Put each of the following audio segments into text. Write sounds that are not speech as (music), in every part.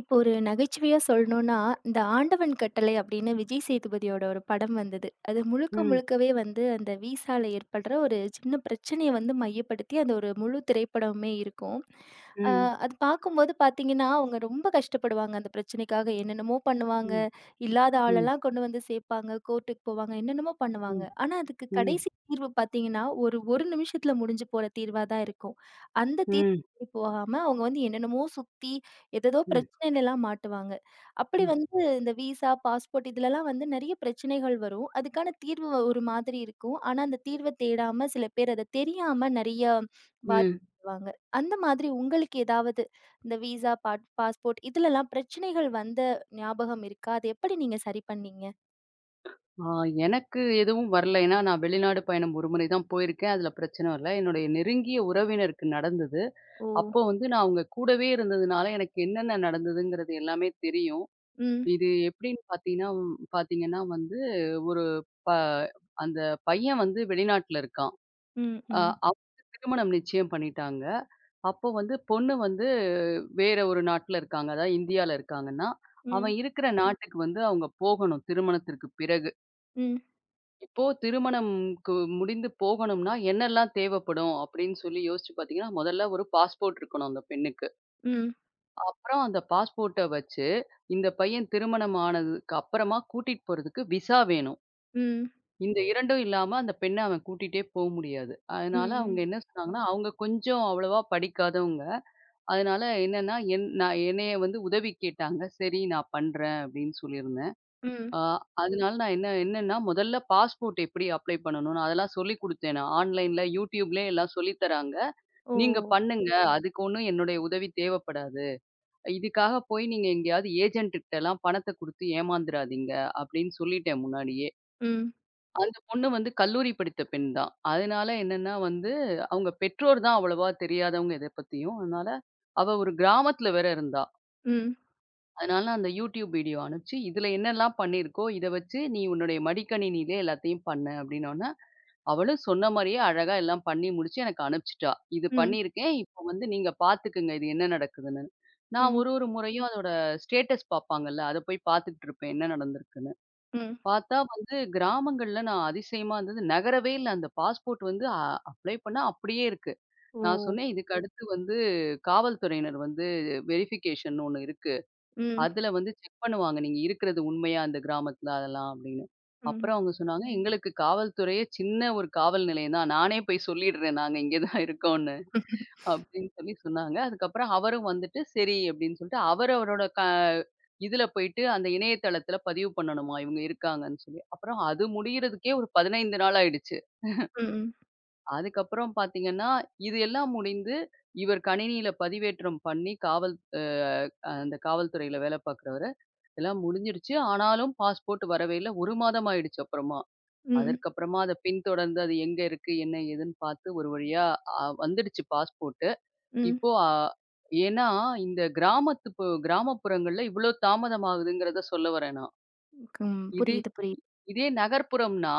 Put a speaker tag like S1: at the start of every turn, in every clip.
S1: இப்போ ஒரு நகைச்சுவையா சொல்லணும்னா, இந்த "ஆண்டவன் கட்டளை" அப்படின்னு விஜய் சேதுபதியோட ஒரு படம் வந்தது. அது முழுக்க
S2: Ừm,
S1: முழுக்கவே வந்து அந்த விசால ஏற்படுற ஒரு சின்ன பிரச்சனைய வந்து மையப்படுத்தி அந்த ஒரு முழு திரைப்படமுமே இருக்கும். அ
S2: ம்.
S1: அது பார்க்கும்போது பார்த்தீங்கன்னா, அவங்க ரொம்ப கஷ்டப்படுவாங்க அந்த பிரச்சனைக்காக. என்னென்னமோ பண்ணுவாங்க,
S2: ம்.
S1: இல்லாத
S2: ம்.
S1: ஆளெல்லாம் கொண்டு வந்து சேர்ப்பாங்க, கோர்ட்டுக்கு போவாங்க, என்னென்னமோ பண்ணுவாங்க.
S2: ம்.
S1: ஆனா அதுக்கு
S2: ம்.
S1: கடைசி தீர்வு பார்த்தீங்கன்னா, ஒரு ஒரு நிமிஷத்துல முடிஞ்சு போற தீர்வா தான் இருக்கும். அந்த தீர்வுக்கு
S2: ம்.
S1: போகாம அவங்க வந்து என்னென்னமோ சுத்தி ஏதேதோ
S2: ம்.
S1: பிரச்சனையிலலாம் மாட்டுவாங்க. அப்படி
S2: ம்.
S1: வந்து இந்த விசா, பாஸ்போர்ட் இதுலலாம் வந்து நெறைய பிரச்சனைகள் வரும். அதுக்கான தீர்வு ஒரு மாதிரி இருக்கும். ஆனா, அந்த தீர்வ தேடாம சில பேர் அத தெரியாம நெறைய
S2: ம்.
S1: பாதிக்கப்படுவாங்க. அந்த மாதிரி உங்களுக்கு ஏதாவது இந்த விசா, பாஸ்போர்ட் இதுலலாம் பிரச்சனைகள் வந்த ஞாபகம் இருக்கா? அது எப்படி நீங்க சரி பண்ணீங்க?
S2: ஆ எனக்கு எதுவும் வரல. ஏன்னா, நான் வெளிநாடு பயணம் ஒரு முறை தான் போயிருக்கேன். அதில பிரச்சனை வரல. என்னுடைய நெருங்கிய உறவினருக்கு நடந்தது.
S1: ஓ!
S2: அப்போ வந்து நான் அவங்க கூடவே இருந்ததுனால, எனக்கு என்னென்ன நடந்ததுங்கிறது எல்லாமே தெரியும்.
S1: ம்.
S2: இது எப்படின்னு பார்த்தீங்கன்னா, பாத்தீங்கன்னா வந்து ஒரு ப அந்த பையன் வந்து வெளிநாட்ல இருக்கான்.
S1: ம்.
S2: அ
S1: ம்.
S2: அவருக்கு திருமணம் நிச்சயம் பண்ணிட்டாங்க. அப்போ வந்து பொண்ணு வந்து வேற ஒரு நாட்ல இருக்காங்க. அதாவது இந்தியால இருக்காங்கன்னா,
S1: ம்.
S2: அவன் இருக்கிற நாட்டுக்கு வந்து அவங்க போகணும் திருமணத்திற்கு பிறகு.
S1: ம்.
S2: இப்போ திருமணம்க்கு முடிந்து போகணும்னா என்னெல்லாம் தேவைப்படும் அப்படின்னு சொல்லி யோசிச்சு பார்த்தீங்கன்னா, முதல்ல ஒரு பாஸ்போர்ட் இருக்கணும் அந்த பெண்ணுக்கு.
S1: ம்.
S2: அப்புறம் அந்த பாஸ்போர்ட்ட வச்சு இந்த பையன் திருமணம் ஆனதுக்கு அப்புறமா கூட்டிட்டு போறதுக்கு விசா வேணும்.
S1: ம்.
S2: இந்த 2ம் இல்லாம அந்த பெண்ண அவன் கூட்டிட்டே போ முடியாது. அதனால அவங்க
S1: ம்.
S2: என்ன சொன்னாங்கன்னா, அவங்க கொஞ்சம் அவ்வளவா படிக்காதவங்க. அதனால என்னன்னா, நான் என்னைய வந்து உதவி கேட்டாங்க. சரி நான் பண்றேன் அப்படின்னு சொல்லியிருந்தேன்.
S1: ம்.
S2: ஆ அதனால நான் என்ன என்னன்னா, முதல்ல பாஸ்போர்ட் எப்படி அப்ளை பண்ணணும்னு அதெல்லாம் சொல்லிக் குடுத்தேன் நான். ஆன்லைன்ல YouTubeலயே எல்லாம் சொல்லி தராங்க.
S1: ஓ!
S2: நீங்க பண்ணுங்க. அதுக்கு ஒண்ணும் என்னுடைய உதவி தேவைப்படாது. இதுக்காக போய் நீங்க எங்கேயாவது ஏஜென்ட் கிட்டலாம் பணத்த குடுத்து ஏமாந்துராதீங்க அப்படின்னு சொல்லிட்டேன் முன்னாடியே.
S1: ம்.
S2: அந்த பொண்ணு வந்து கல்லூரி படித்த பெண் தான். அதனால என்னன்னா வந்து, அவங்க பெற்றோர் தான் அவ்வளவா தெரியாதவங்க இத பத்தியும். அதனால அவ ஒரு கிராமத்துல வேற இருந்தா.
S1: ம்.
S2: அதனால அந்த YouTube வீடியோ அனுப்பிச்சு, "இதுல என்னலாம் பண்ணியிருக்கோ, இத வச்சு நீ உன்னுடைய மடிக்கணினியிலே எல்லாத்தையும் பண்ணு" அப்படின்னோன, அவளும் சொன்ன மாரியே அழகா எல்லாம் பண்ணி முடிச்சு எனக்கு அனுப்பிச்சுட்டா. "இது
S1: ம்.
S2: பண்ணியிருக்கேன். இப்போ வந்து நீங்க பார்த்துக்கங்க. இது என்ன நடக்குதுன்னு." நான்
S1: ம்.
S2: ஒரு ஒரு முறையும் அதோட ஸ்டேட்டஸ் பார்ப்பாங்கல்ல, அத போய் பார்த்துக்கிட்டு இருப்பேன். என்ன நடந்திருக்குன்னு.
S1: ம்.
S2: பார்த்தா வந்து கிராமங்கள்ல நான் அதிசயமா இருந்தது. நகரவே இல்ல. அந்த பாஸ்போர்ட் வந்து அப்ளை பண்ணா அப்படியே இருக்கு.
S1: ஓ!
S2: நான் சொன்னேன், "இதுக்கு ம். அடுத்து வந்து காவல்துறையினர் வந்து வெரிஃபிகேஷன் ஒண்ணு இருக்கு.
S1: ம்.
S2: அதுல வந்து செக் பண்ணுவாங்க. நீங்க இருக்கிறது உண்மையா அந்த கிராமத்துல அதெல்லாம்" அப்படின்னு.
S1: ம்.
S2: அப்புறம் அவங்க சொன்னாங்க, "எங்களுக்கு காவல்துறையே சின்ன ஒரு காவல் நிலையம் தான். நானே போய் சொல்லிடுறேன். நாங்க இங்க தான் இருக்கோம்னு." அப்படின்னு சொல்லி சொன்னாங்க. அதுக்கப்புறம் அவரும் வந்துட்டு, சரி அப்படின்னு சொல்லிட்டு, அவரு அவரோட இதுல போயிட்டு அந்த இணையதளத்துல பதிவு பண்ணணுமா, இவங்க இருக்காங்கன்னு சொல்லி. அப்புறம் அது முடியறதுக்கே ஒரு 15 நாள் ஆயிடுச்சு.
S1: ம்.
S2: அதுக்கப்புறம் பார்த்தீங்கன்னா, இது எல்லாம் முடிந்து இவர் கணினியில பதிவேற்றம் பண்ணி காவல் அ அந்த காவல்துறையில வேலை பார்க்குறவரு, எல்லாம் முடிஞ்சிடுச்சு. ஆனாலும் பாஸ்போர்ட் வரவே இல்ல. 1 மாதம் ஆயிடுச்சு அப்புறமா.
S1: ம்.
S2: அதற்கப்புறமா அத பின்தொடர்ந்து அது எங்க இருக்கு, என்ன ஏதுன்னு பார்த்து ஒரு வழியா வந்துடுச்சு பாஸ்போர்ட்.
S1: ம்.
S2: இப்போ ஏன்னா, இந்த கிராமத்து பு கிராமப்புறங்கள்ல இவ்ளோ தாமதமாகுதுங்கிறத சொல்ல வரேன் நான்.
S1: ம்.
S2: இதே
S1: புரியுது, புரியுது.
S2: இதே நகர்ப்புறம்னா,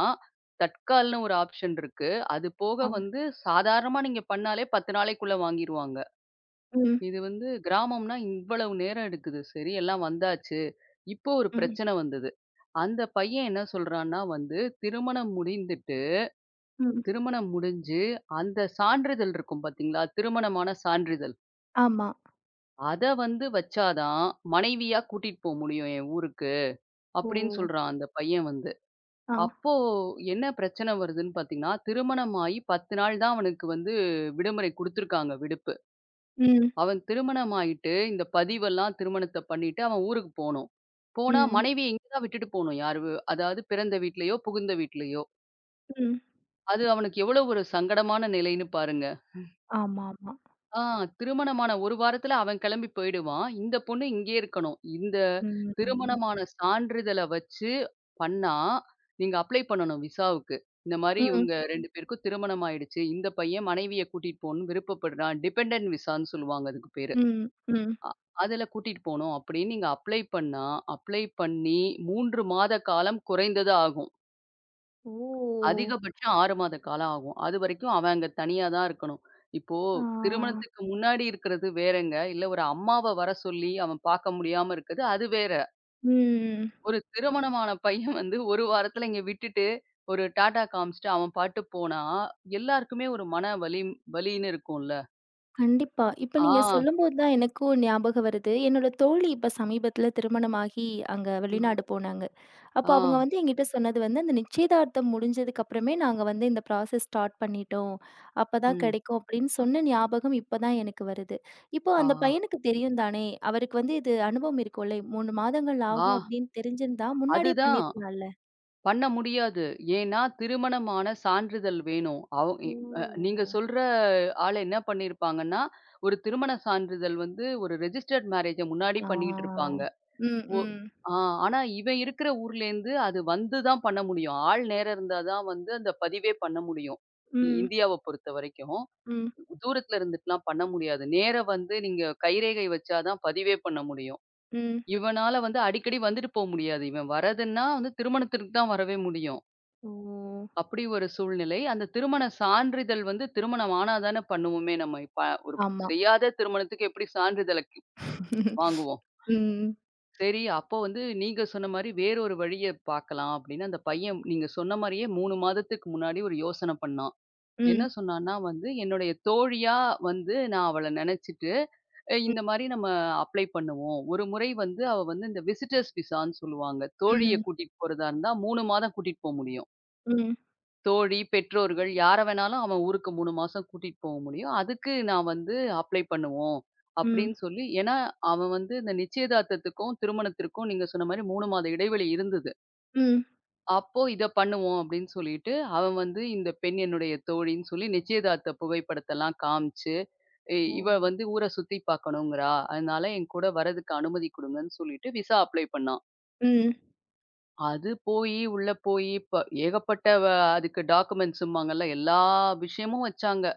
S2: தட்கால்ன்னு ஒரு ஆப்ஷன் இருக்கு. அது
S1: ஆ.
S2: போக வந்து சாதாரணமா நீங்க பண்ணாலே 10 நாளைக்குள்ள வாங்கிருவாங்க.
S1: ம்.
S2: இது வந்து கிராமம்னா இவ்வளவு நேரம் எடுக்குது. சரி எல்லாம் வந்தாச்சு. இப்போ ஒரு
S1: ம்.
S2: பிரச்சனை வந்தது. அந்த பையன் என்ன சொல்றான்னா வந்து, திருமணம் முடிந்துட்டு
S1: ம்.
S2: திருமணம் முடிஞ்சு அந்த சான்றிதழ் இருக்கும் பாத்தீங்களா? திருமணமான சான்றிதழ்.
S1: ஆமா.
S2: அத வந்து வச்சா தான், மனைவியா கூட்டிட்டு போ முடியும் என் ஊருக்கு.
S1: ஓ!
S2: அப்படின்னு சொல்றான் அந்த பையன் வந்து.
S1: ஆ.
S2: அப்போ என்ன பிரச்சனை வருதுன்னு பார்த்தீங்கன்னா, திருமணமாகி 10 நாள் தான் அவனுக்கு வந்து விடுமுறை குடுத்துருக்காங்க விடுப்பு.
S1: ம்.
S2: அவன் திருமணம் ஆயிட்டு இந்த பதிவெல்லாம் திருமணத்த பண்ணிட்டு அவன் ஊருக்கு போணும். போனா
S1: ம்.
S2: மனைவிய இங்க தான் விட்டுட்டு போணும். யாரு அதாவது பிறந்த வீட்லயோ, புகுந்த வீட்லயோ.
S1: ம்.
S2: அது அவனுக்கு எவ்வளோ ஒரு சங்கடமான நிலைன்னு பாருங்க.
S1: ஆமாமா.
S2: ஆ திருமணமான 1 வாரத்துல அவன் கிளம்பி போயிடுவான். இந்த பொண்ணு இங்கேயே இருக்கணும். இந்த
S1: ம்.
S2: திருமணமான சான்றிதழ வச்சு பண்ணா, நீங்க அப்ளை பண்ணணும் விசாவுக்கு. இந்த மாரி
S1: ம்.
S2: இவங்க 2 பேருக்கும் திருமணம் ஆயிடுச்சு. இந்த பையன் மனைவிய கூட்டிட்டு போணும்னு விருப்பப்படுறான். டிபெண்டன்ட் விசான்னு சொல்லுவாங்க அதுக்கு பேரு.
S1: ம். ம்.
S2: அ அதுல கூட்டிட்டு போணும் அப்படின்னு நீங்க அப்ளை பண்ணா, அப்ளை பண்ணி 3 மாத காலம் குறைந்தது ஆகும்.
S1: ஓ!
S2: அதிகபட்சம் 6 மாத காலம் ஆகும். அதுவரைக்கும் அவன் அங்க தனியா தான் இருக்கணும். இப்போ
S1: ஆ.
S2: திருமணத்துக்கு முன்னாடி இருக்கிறது வேறங்க. இல்ல ஒரு அம்மாவ வர சொல்லி அவன் பார்க்க முடியாம இருக்குது, அது வேற.
S1: ம்.
S2: ஒரு திருமணமான பையன் வந்து 1 வாரத்துல இங்க விட்டுட்டு, ஒரு டாட்டா காமிச்சுட்டு அவன் பாட்டு போனா, எல்லாருக்குமே ஒரு மன வலி வலின்னு இருக்கும்ல.
S1: கண்டிப்பா. இப்ப நீங்க
S2: ஆ,
S1: சொல்லும்போது தான் எனக்கும் ஞாபகம் வருது. என்னோட தோழி இப்ப சமீபத்தில திருமணமாகி அங்க
S2: ஆ,
S1: வெளிநாடு போனாங்க. அப்போ
S2: ஆ,
S1: அவங்க வந்து என்கிட்ட சொன்னது வந்து, "அந்த நிச்சயதார்த்தம் முடிஞ்சதுக்கு அப்புறமே நாங்க வந்து இந்த ப்ராசஸ் ஸ்டார்ட் பண்ணிட்டோம். அப்பதான்
S2: ம்,
S1: கிடைக்கும்." அப்படின்னு சொன்ன ஞாபகம் இப்பதான் எனக்கு வருது. இப்போ
S2: ஆ,
S1: அந்த பையனுக்கு தெரியும் தானே, அவருக்கு வந்து இது அனுபவம் இருக்கும்ல. 3 மாதங்கள்
S2: ஆ
S1: ஆகும் அப்படின்னு தெரிஞ்சிருந்தா முன்னாடியே
S2: அதுதான்.
S1: பண்ணியிருக்கலாம்ல.
S2: பண்ண முடியாது. ஏன்னா, திருமணமான சான்றிதழ் வேணும். அவ் இ
S1: ஓ!
S2: நீங்க சொல்ற ஆளு என்ன பண்ணியிருப்பாங்கன்னா, ஒரு திருமண சான்றிதழ் வந்து ஒரு ரெஜிஸ்டர்ட் மேரேஜ முன்னாடி பண்ணிட்டு
S1: ஆ.
S2: இருப்பாங்க.
S1: ம்,
S2: ஒ
S1: ம்,
S2: ஆ ஆனா இவன் இருக்கிற ஊர்லேருந்து அது வந்து தான் பண்ண முடியும். ஆள் நேரம் இருந்தா தான் வந்து அந்த பதிவே பண்ண முடியும்.
S1: ம்,
S2: இந்தியாவ பொறுத்தவரைக்கும்.
S1: ம்,
S2: தூரத்துல இருந்துட்டுலாம் பண்ண முடியாது. நேரா வந்து நீங்க கைரேகை வச்சா தான் பதிவே பண்ண முடியும்.
S1: ம்.
S2: இவனால வந்து அடிக்கடி வந்துட்டு போ முடியாது. இவன் வர்றதுன்னா வந்து திருமணத்திற்கு தான் வரவே முடியும்.
S1: ஓ!
S2: அப்படி ஒரு சூழ்நிலை. அந்த திருமண சான்றிதழ் வந்து திருமணம் ஆனா தானே பண்ணுவோமே நம்ம. இப்ப ஒரு
S1: ஆமா.
S2: செய்யாத திருமணத்துக்கு எப்படி சான்றிதழ வாங்குவோம்?
S1: ம்,
S2: சரி, அப்போ வந்து நீங்க சொன்ன மாரி வேறொரு வழிய பார்க்கலாம் அப்படின்னு அந்த பையன் நீங்க சொன்ன மாரியே 3 மாதத்துக்கு முன்னாடி ஒரு யோசனை பண்ணான். என்ன
S1: ம்,
S2: சொன்னான்னா வந்து, "என்னுடைய தோழியா வந்து நான் அவள நெனச்சுட்டு,
S1: ம்,
S2: இந்த மாரி நம்ம அப்ளை பண்ணுவோம். ஒரு முறை வந்து அவ வந்து இந்த விசிட்டர்ஸ் விசான்னு சொல்லுவாங்க. தோழிய
S1: ம்,
S2: கூட்டிட்டு போறதா இருந்தா 3 மாதம் கூட்டிட்டு போ முடியும்."
S1: ம்,
S2: தோழி, பெற்றோர்கள் யார வேணாலும் அவன் ஊருக்கு 3 மாசம் கூட்டிட்டு போக முடியும். அதுக்கு நான் வந்து அப்ளை பண்ணுவோம்.
S1: ம்,
S2: அப்படின்னு சொல்லி ஏன்னா அவன் வந்து இந்த நிச்சயதார்த்தத்துக்கும், திருமணத்திற்கும் நீங்க சொன்ன மாரி 3 மாத இடைவெளி இருந்தது.
S1: ம்,
S2: அப்போ இத பண்ணுவோம் அப்படின்னு சொல்லிட்டு, அவன் வந்து இந்த பெண் என்னுடைய தோழின்னு சொல்லி நிச்சயதார்த்த புகைப்படத்தெல்லாம் காமிச்சு,
S1: ஓ!
S2: இவ வந்து ஊர சுத்தி பார்க்கணுங்கிறா. அதனால என் கூட வர்றதுக்கு அனுமதி குடுங்கன்னு சொல்லிட்டு விசா அப்ளை பண்ணான்.
S1: ம்,
S2: அது போயி, உள்ள போயி, ஏகப்பட்ட அதுக்கு டாக்குமெண்ட்ஸும்பாங்கல்ல, எல்லா விஷயமும் வச்சாங்க.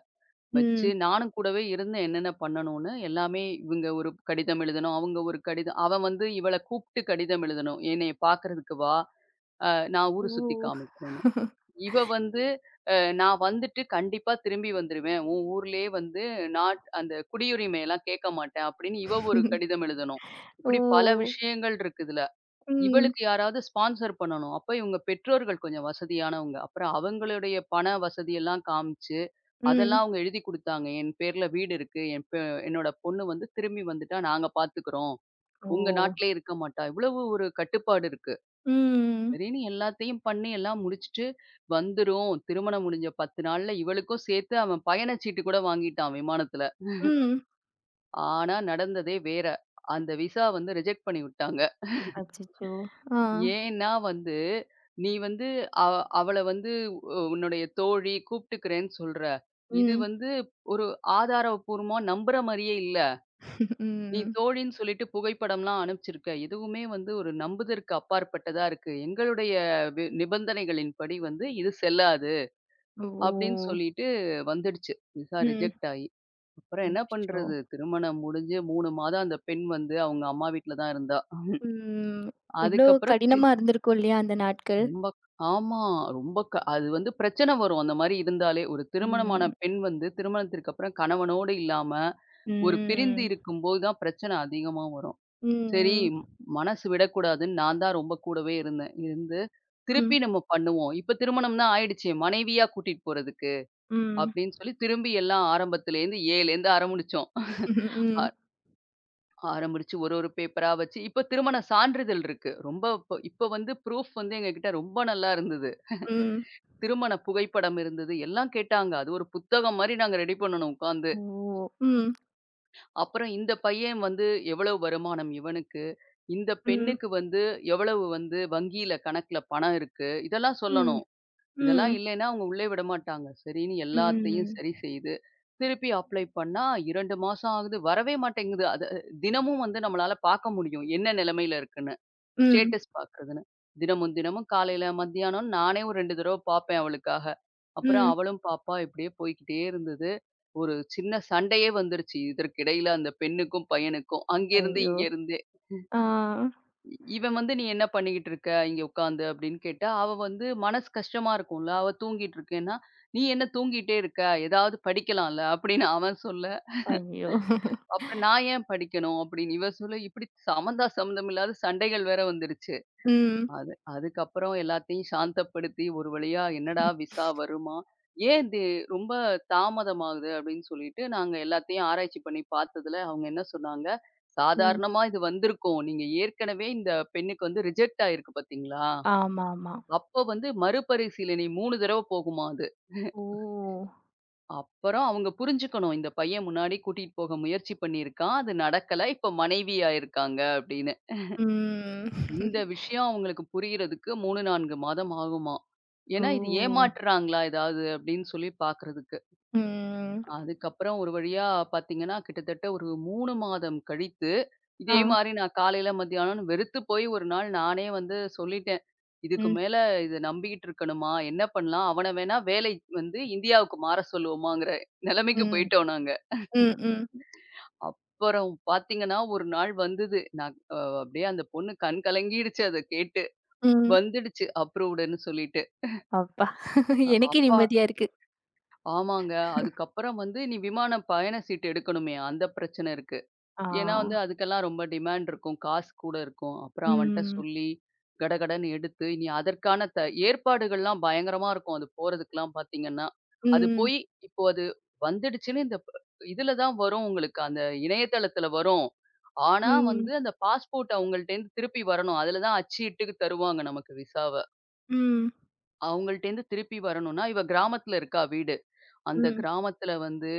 S2: வச்சு
S1: ம்.
S2: நானும் கூடவே இருந்தேன் என்னென்ன பண்ணணும்னு. எல்லாமே இவங்க ஒரு கடிதம் எழுதணும், அவங்க ஒரு கடிதம் அவன் வந்து இவள கூப்ட்டு கடிதம் எழுதணும். "என்னைய பார்க்கறதுக்கு வா, அ நான் ஊரு சுத்தி
S1: ஓ!
S2: காமிக்கிறேன்னு." இவ வந்து, "அ நான் வந்துட்டு கண்டிப்பா திரும்பி வந்துருவேன். உன் ஊர்லயே வந்து அந்த குடியுரிமையெல்லாம் கேட்க மாட்டேன்." அப்படின்னு இவ ஒரு
S1: (laughs)
S2: கடிதம் எழுதணும். இப்படி பல
S1: ஓ!
S2: விஷயங்கள் இருக்கு இதுல.
S1: ம்,
S2: இவளுக்கு யாராவது ஸ்பான்சர் பண்ணணும். அப்ப இவங்க பெற்றோர்கள் கொஞ்சம் வசதியானவங்க. அப்புறம் அவங்களுடைய பண வசதியெல்லாம் காமிச்சு,
S1: ம்.
S2: அதெல்லாம் அவங்க எழுதி குடுத்தாங்க. என் பேர்ல வீடு இருக்கு. என்னோட பொண்ணு வந்து திரும்பி வந்துட்டா நாங்க பார்த்துக்கிறோம்.
S1: ஓ!
S2: உங்க நாட்டிலேயே இருக்க மாட்டா. இவ்வளவு ஒரு கட்டுப்பாடு இருக்கு.
S1: ம்,
S2: சரின்னு எல்லாத்தையும் பண்ணி எல்லாம் முடிச்சுட்டு வந்துரும். திருமணம் முடிஞ்ச 10 நாள்ல இவளுக்கும் சேர்த்து அவன் பயணச்சீட்டு கூட வாங்கிட்டான் விமானத்துல.
S1: ம்.
S2: ஆனா நடந்ததே வேற. அந்த விசா வந்து ரிஜெக்ட் பண்ணி விட்டாங்க.
S1: அச்சச்சோ! ஆ,
S2: ஏன்னா வந்து, நீ வந்து அவ அவள வந்து உன்னுடைய தோழி கூப்பிட்டுக்கிறேன்னு சொல்ற. இது
S1: ம்,
S2: வந்து ஒரு ஆதாரப்பூர்வமா நம்புற மாரியே இல்ல.
S1: (laughs)
S2: நீ
S1: ம்.
S2: தோழின்னு சொல்லிட்டு புகைப்படம்லாம் அனுப்பிச்சிருக்க. எதுவுமே வந்து ஒரு நம்புதற்கு அப்பாற்பட்டதா இருக்கு. எங்களுடைய நிபந்தனைகளின்படி வந்து இது செல்லாது. அப்படின்னு
S1: ஓ!
S2: சொல்லிட்டு வந்துடுச்சு. விசா
S1: ம்.
S2: ரிஜெக்ட் ஆயி. அப்புறம் என்ன
S1: அச்சச்சோ!
S2: பண்றது? திருமணம் முடிஞ்சு 3 மாதம் அந்த பெண் வந்து அவங்க அம்மா வீட்ல தான் இருந்தா.
S1: ம். எவ்ளோ
S2: அதுக்கப்புறம்
S1: கடினமா இருந்திருக்கும் இல்லையா அந்த நாட்கள்?
S2: ரொம்ப ஆமா. ரொம்ப அது வந்து பிரச்சனை வரும். அந்த மாரி இருந்தாலே. ஒரு
S1: ம்,
S2: திருமணமான
S1: ம்.
S2: பெண் வந்து திருமணத்திற்கு அப்புறம் கணவனோடு இல்லாம, ஒரு பிரிந்து
S1: ம்,
S2: இருக்கும்போது தான் பிரச்சனை அதிகமா வரும். சரி
S1: ம்,
S2: ம், மனசு விடக்கூடாதுன்னு நான் தான் ரொம்ப கூடவே இருந்தேன். இருந்து
S1: ம்,
S2: திருப்பி நம்ம பண்ணுவோம். இப்ப திருமணம்னா ஆயிடுச்சே மனைவியா கூட்டிட்டு போறதுக்கு,
S1: ம்,
S2: அப்படின்னு சொல்லி திரும்பி எல்லாம் ஆரம்பத்துலேருந்து ஆரம்பிச்சோம். ஆ ஆரம்பிச்சு ஒரு ஒரு பேப்பரா வச்சு இப்ப திருமண சான்றிதழ் இருக்கு. ரொம்ப இப்ப இப்ப வந்து ப்ரூஃப் வந்து எங்ககிட்ட ரொம்ப நல்லா இருந்தது.
S1: ம்,
S2: திருமண புகைப்படம் இருந்தது. எல்லாம் கேட்டாங்க. அது ஒரு புத்தகம் மாரி நாங்க ரெடி பண்ணுனோம் உட்காந்து.
S1: ஓ! ம்,
S2: அப்புறம் இந்த பையன் வந்து எவ்வளவு வருமானம் இவனுக்கு? இந்த
S1: ம்,
S2: பெண்ணுக்கு வந்து எவ்வளவு வந்து வங்கியில கணக்குல பணம் இருக்கு? இதெல்லாம்
S1: ம்,
S2: சொல்லணும். இதெல்லாம்
S1: ம்.
S2: இல்லைன்னா அவங்க உள்ளே விடமாட்டாங்க. சரின்னு எல்லாத்தையும்
S1: ம்.
S2: சரி செய்து, திருப்பி அப்ளை பண்ணா 2 மாசம் ஆகுது. வரவே மாட்டேங்குது. அது தினமும் வந்து நம்மளால பார்க்க முடியும். என்ன நிலைமையில இருக்குன்னு.
S1: ம்,
S2: ஸ்டேட்டஸ் பார்க்குறதுன்னு. தினமும் தினமும் காலையில, மத்தியானம் நானே ஒரு 2 தடவ பார்ப்பேன் அவளுக்காக. அப்புறம்
S1: ம்.
S2: அவளும் பார்ப்பா. இப்படியே போய்க்கிட்டே இருந்தது. ஒரு சின்ன சண்டையே வந்துருச்சு. இதற்கிடையில அந்த பெண்ணுக்கும், பையனுக்கும். அங்கேருந்து
S1: ஐயோ!
S2: இங்கேருந்தே.
S1: ஆ.
S2: இவன் வந்து "நீ என்ன பண்ணிக்கிட்டு இருக்க? இங்க உட்காந்து" அப்படின்னு கேட்டா, அவ வந்து மனசு கஷ்டமா இருக்கும்ல. அவ தூங்கிட்டு இருக்கேன்னா, "நீ என்ன தூங்கிட்டே இருக்க? ஏதாவது படிக்கலாம்ல" அப்படின்னு அவன் சொல்ல,
S1: ஐயோ!
S2: அப்புறம் "நான் ஏன் படிக்கணும்?" அப்படின்னு இவ சொல்ல, இப்படி சம்மந்தா சம்மந்தம் இல்லாத சண்டைகள் வேற வந்துருச்சு.
S1: ம்,
S2: அதுக்கப்புறம் எல்லாத்தையும் சாந்தப்படுத்தி ஒரு வழியா என்னடா விசா வருமா? ஏன் இது ரொம்ப தாமதமாகுது அப்படின்னு சொல்லிட்டு நாங்க எல்லாத்தையும் ஆராய்ச்சி பண்ணி பார்த்ததுல, அவங்க என்ன சொன்னாங்க,
S1: ம்.
S2: சாதாரணமா இது வந்திருக்கும். நீங்க ஏற்கனவே இந்த பெண்ணுக்கு வந்து ரிஜெக்ட் ஆயிருக்கு பார்த்தீங்களா?
S1: ஆமாமா.
S2: அப்ப வந்து மறுபரிசீலனை 3 தடவ போகுமாம் அது.
S1: ஓ!
S2: அப்புறம் அவங்க புரிஞ்சுக்கணும். இந்த பையன் முன்னாடி கூட்டிட்டு போக முயற்சி பண்ணியிருக்கான். அது நடக்கல. இப்ப மனைவியா இருக்காங்க அப்படின்னு.
S1: ம்.
S2: இந்த விஷயம் அவங்களுக்கு புரியிறதுக்கு 3, 4 மாதம் ஆகுமாம்.
S1: ஓ!
S2: ஏன்னா, இது ஏமாற்றுறாங்களா ஏதாவது அப்படின்னு சொல்லி பார்க்குறதுக்கு.
S1: ம்.
S2: அதுக்கப்புறம் ஒரு வழியா பார்த்தீங்கன்னா, கிட்டத்தட்ட ஒரு 3 மாதம் கழித்து,
S1: ஆ.
S2: இதே மாரி நான் காலையில, மத்தியானம்ன்னு வெறுத்து போய் ஒரு நாள் நானே வந்து சொல்லிட்டேன். இதுக்கு
S1: ம்.
S2: மேல இத நம்பிக்கிட்டு இருக்கணுமா? என்ன பண்ணலாம்? அவன வேணா வேலை வந்து இந்தியாவுக்கு மாற சொல்லுவோமாங்கிற நிலைமைக்கு
S1: ம்.
S2: போயிட்டோம் நாங்க.
S1: ம். ம்.
S2: அப்புறம் பார்த்தீங்கன்னா, ஒரு நாள் வந்தது. நான் அப்படியே அந்த பொண்ணு கண் கலங்கிடுச்சு அத கேட்டு.
S1: ம்.
S2: வந்துடுச்சு அப்ரூவ்டுன்னு சொல்லிட்டு.
S1: அப்பா! எனக்கே
S2: அப்பா
S1: நிம்மதியா இருக்கு.
S2: ஆமாங்க. அதுக்கப்புறம் வந்து நீ விமான பயண சீட்டு எடுக்கணுமே, அந்த பிரச்சனை இருக்கு.
S1: ஆ.
S2: ஏன்னா வந்து அதுக்கெல்லாம் ரொம்ப டிமாண்ட் இருக்கும். காசு கூட இருக்கும். அப்புறம் அவன்ட்ட
S1: ம்.
S2: சொல்லி, கடகடன்னு எடுத்து, இனி அதற்கான ஏற்பாடுகள்லாம் பயங்கரமா இருக்கும். அது போறதுக்குலாம் பார்த்தீங்கன்னா. அது
S1: ம்.
S2: போய் இப்போ அது வந்துடுச்சுன்னு இந்த இதுல தான் வரும் உங்களுக்கு. அந்த இணையதளத்துல வரும். ஆனா
S1: ம்.
S2: வந்து அந்த பாஸ்போர்ட் அவங்கள்ட்டேருந்து திருப்பி வரணும். அதுல தான் அச்சு இட்டுக்கு தருவாங்க நமக்கு விசாவ.
S1: ம்.
S2: அவங்கள்ட்டேருந்து திருப்பி வரணும்னா, இவ கிராமத்துல இருக்கா வீடு. அந்த
S1: ம்.
S2: கிராமத்துல வந்து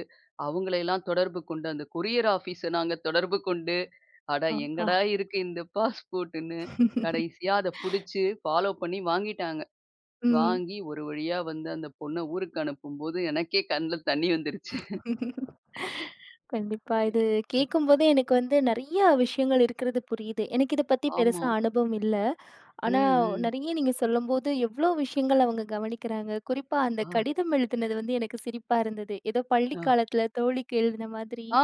S2: அவங்களையெல்லாம் தொடர்பு கொண்டு, அந்த கொரியர் ஆஃபீஸ நாங்க தொடர்பு கொண்டு, அட
S1: அப்பா!
S2: எங்கடா இருக்கு இந்த பாஸ்போர்ட்டுன்னு, கடைசியா அத புடிச்சு ஃபாலோ பண்ணி வாங்கிட்டாங்க.
S1: ம்.
S2: வாங்கி ஒரு வழியா வந்து அந்த பொண்ண ஊருக்கு அனுப்பும்போது எனக்கே கண்ல தண்ணி வந்துருச்சு.
S1: கண்டிப்பா. இது கேட்கும்போதே எனக்கு வந்து நெறைய விஷயங்கள் இருக்கிறது புரியுது. எனக்கு இத பத்தி
S2: ஆமா.
S1: பெருசா அனுபவம் இல்ல.
S2: ம்,
S1: ஆனா,
S2: ம்.
S1: நெறைய நீங்க சொல்லும்போது, எவ்ளோ விஷயங்கள் அவங்க கவனிக்கிறாங்க. குறிப்பா அந்த
S2: ஆ,
S1: கடிதம் எழுதினது வந்து எனக்கு சிரிப்பா இருந்தது. ஏதோ பள்ளி
S2: ஆ.
S1: காலத்துல தோழிக்கு எழுதின மாதிரி.
S2: ஆ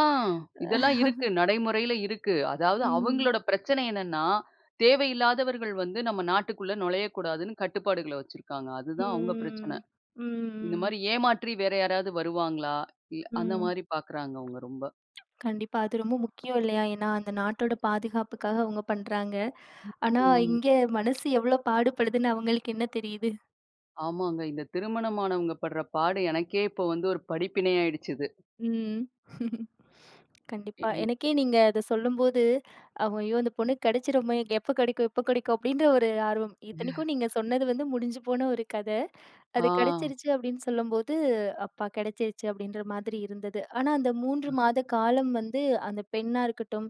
S2: இதெல்லாம் இருக்கு. நடைமுறையில இருக்கு. அதாவது
S1: ம்.
S2: அவங்களோட பிரச்சனை என்னன்னா, தேவையில்லாதவர்கள் வந்து நம்ம நாட்டுக்குள்ள நுழையக்கூடாதுன்னு கட்டுப்பாடுகள வச்சிருக்காங்க. அதுதான் அவங்க
S1: ம்.
S2: பிரச்சனை. இந்த
S1: ம்.
S2: மாரி ஏமாற்றி வேற யாராவது வருவாங்களா? அந்த
S1: ம்.
S2: மாரி பார்க்குறாங்க அவங்க ரொம்ப.
S1: கண்டிப்பா. அது ரொம்ப முக்கியம் இல்லையா? ஏன்னா, அந்த நாட்டோட பாதுகாப்புக்காக அவங்க பண்றாங்க. ஆனா,
S2: ம்.
S1: இங்க மனசு எவ்ளோ பாடுபடுதுன்னு அவங்களுக்கு என்ன தெரியுது?
S2: ஆமாங்க. இந்த திருமணமானவங்க படுற பாடு எனக்கே இப்போ வந்து ஒரு படிப்பினை ஆயிடுச்சு இது.
S1: ம். கண்டிப்பா.
S2: இ-
S1: எனக்கே நீங்க அத சொல்லும்போது, அவ் "ஐயோ! அந்த பொண்ணுக்கு கிடைச்சிருமே, எப்ப கிடைக்கும், எப்ப கிடைக்கும்?" அப்படின்ற ஒரு ஆர்வம். இத்தனைக்கும் நீங்க சொன்னது வந்து முடிஞ்சு போன ஒரு கத.
S2: ஆ.
S1: அது கிடைச்சிருச்சு அப்படின்னு சொல்லும்போது, "அப்பா கிடைச்சிருச்சு" அப்படின்ற மாதிரி இருந்தது. ஆனா, அந்த 3 மாத காலம் வந்து அந்த பெண்ணா இருக்கட்டும்,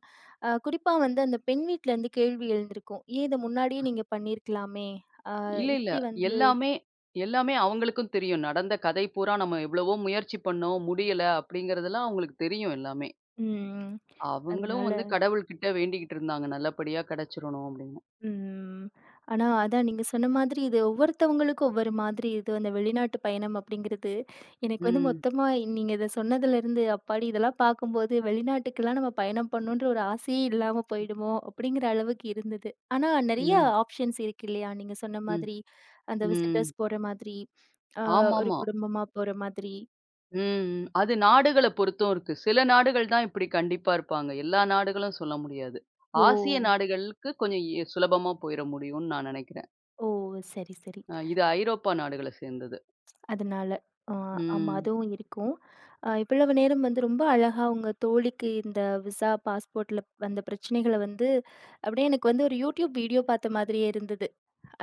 S1: குறிப்பா வந்து அந்த பெண் வீட்லருந்து கேள்வி எழுந்திருக்கும். "ஏன் இத முன்னாடியே நீங்க பண்ணியிருக்கலாமே?" அ
S2: இல்ல, இல்ல.
S1: இப்படி வந்து
S2: எல்லாமே எல்லாமே அவங்களுக்கும் தெரியும். நடந்த கதை பூரா நம்ம எவ்வளவோ முயற்சி பண்ணோம், முடியல அப்படிங்கிறதெல்லாம் அவங்களுக்கு தெரியும் எல்லாமே.
S1: ம்.
S2: அவங்களும்
S1: அதனால
S2: வந்து கடவுள்கிட்ட வேண்டிக்கிட்டு இருந்தாங்க. நல்லபடியா கிடைச்சிரணும் அப்படின்னு.
S1: ம். ஆனா, அதான் நீங்க சொன்ன மாதிரி இது ஒவ்வொருத்தவங்களுக்கும் ஒவ்வொரு மாதிரி இது அந்த வெளிநாட்டு பயணம் அப்படிங்கிறது, எனக்கு வந்து
S2: ம்.
S1: மொத்தமா நீங்க இத சொன்னதுலருந்து, அப்பாடி இதெல்லாம் பார்க்கும்போது வெளிநாட்டுக்கெல்லாம் நம்ம பயணம் பண்ணணுன்ற ஒரு ஆசையே இல்லாம போயிடுமோ! அப்படிங்கிற அளவுக்கு இருந்தது. ஆனா, நெறைய
S2: ம்.
S1: ஆப்ஷன்ஸ் இருக்கு இல்லையா? நீங்க சொன்ன
S2: ம்.
S1: மாதிரி, அந்த
S2: ம்.
S1: விசிட்டர்ஸ் போற மாதிரி, ஆ
S2: ஆமாமா.
S1: குடும்பமா போற மாதிரி.
S2: ம். ம். அது நாடுகள பொறுத்தும் இருக்கு. சில நாடுகள் தான் இப்படி கண்டிப்பா இருப்பாங்க. எல்லா நாடுகளும் சொல்ல முடியாது.
S1: ஓ!
S2: ஆசிய நாடுகளுக்கு கொஞ்சம் சுலபமா போயிற முடியும்னு நான் நினைக்கிறேன்.
S1: ஓ! சரி, சரி.
S2: இது ஐரோப்பா நாடுகள சேர்ந்தது.
S1: அதனால. ஆ ஆமா.
S2: ம்.
S1: அதுவும் இருக்கும். இவ்வளவு நேரம் வந்து ரொம்ப அழகா உங்க தோழிக்கு இந்த விசா, பாஸ்போர்ட்ல வந்த பிரச்சனைகள வந்து அப்படியே எனக்கு வந்து ஒரு YouTube வீடியோ பார்த்த மாதிரியே இருந்தது.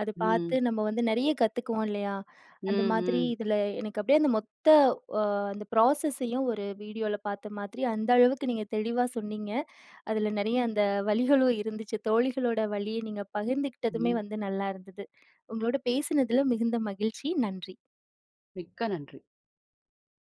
S1: அது பார்த்து
S2: ம்.
S1: நம்ம வந்து நெறைய கத்துக்குவோம் இல்லையா?
S2: ம்.
S1: அந்த மாதிரி
S2: ம்.
S1: இதில எனக்கு அப்படியே அந்த மொத்த அ அந்த ப்ராசஸையும் ஒரு வீடியோல பார்த்த மாதிரி அந்த அளவுக்கு நீங்க தெளிவா சொன்னீங்க. அதில நெறைய அந்த வலிகளும் இருந்துச்சு. தோழிகளோட வலிய நீங்க பகிர்ந்துக்கிட்டதுமே
S2: ம்.
S1: வந்து நல்லா இருந்தது. உங்களோட பேசினதில மிகுந்த மகிழ்ச்சி. நன்றி.
S2: மிக்க நன்றி.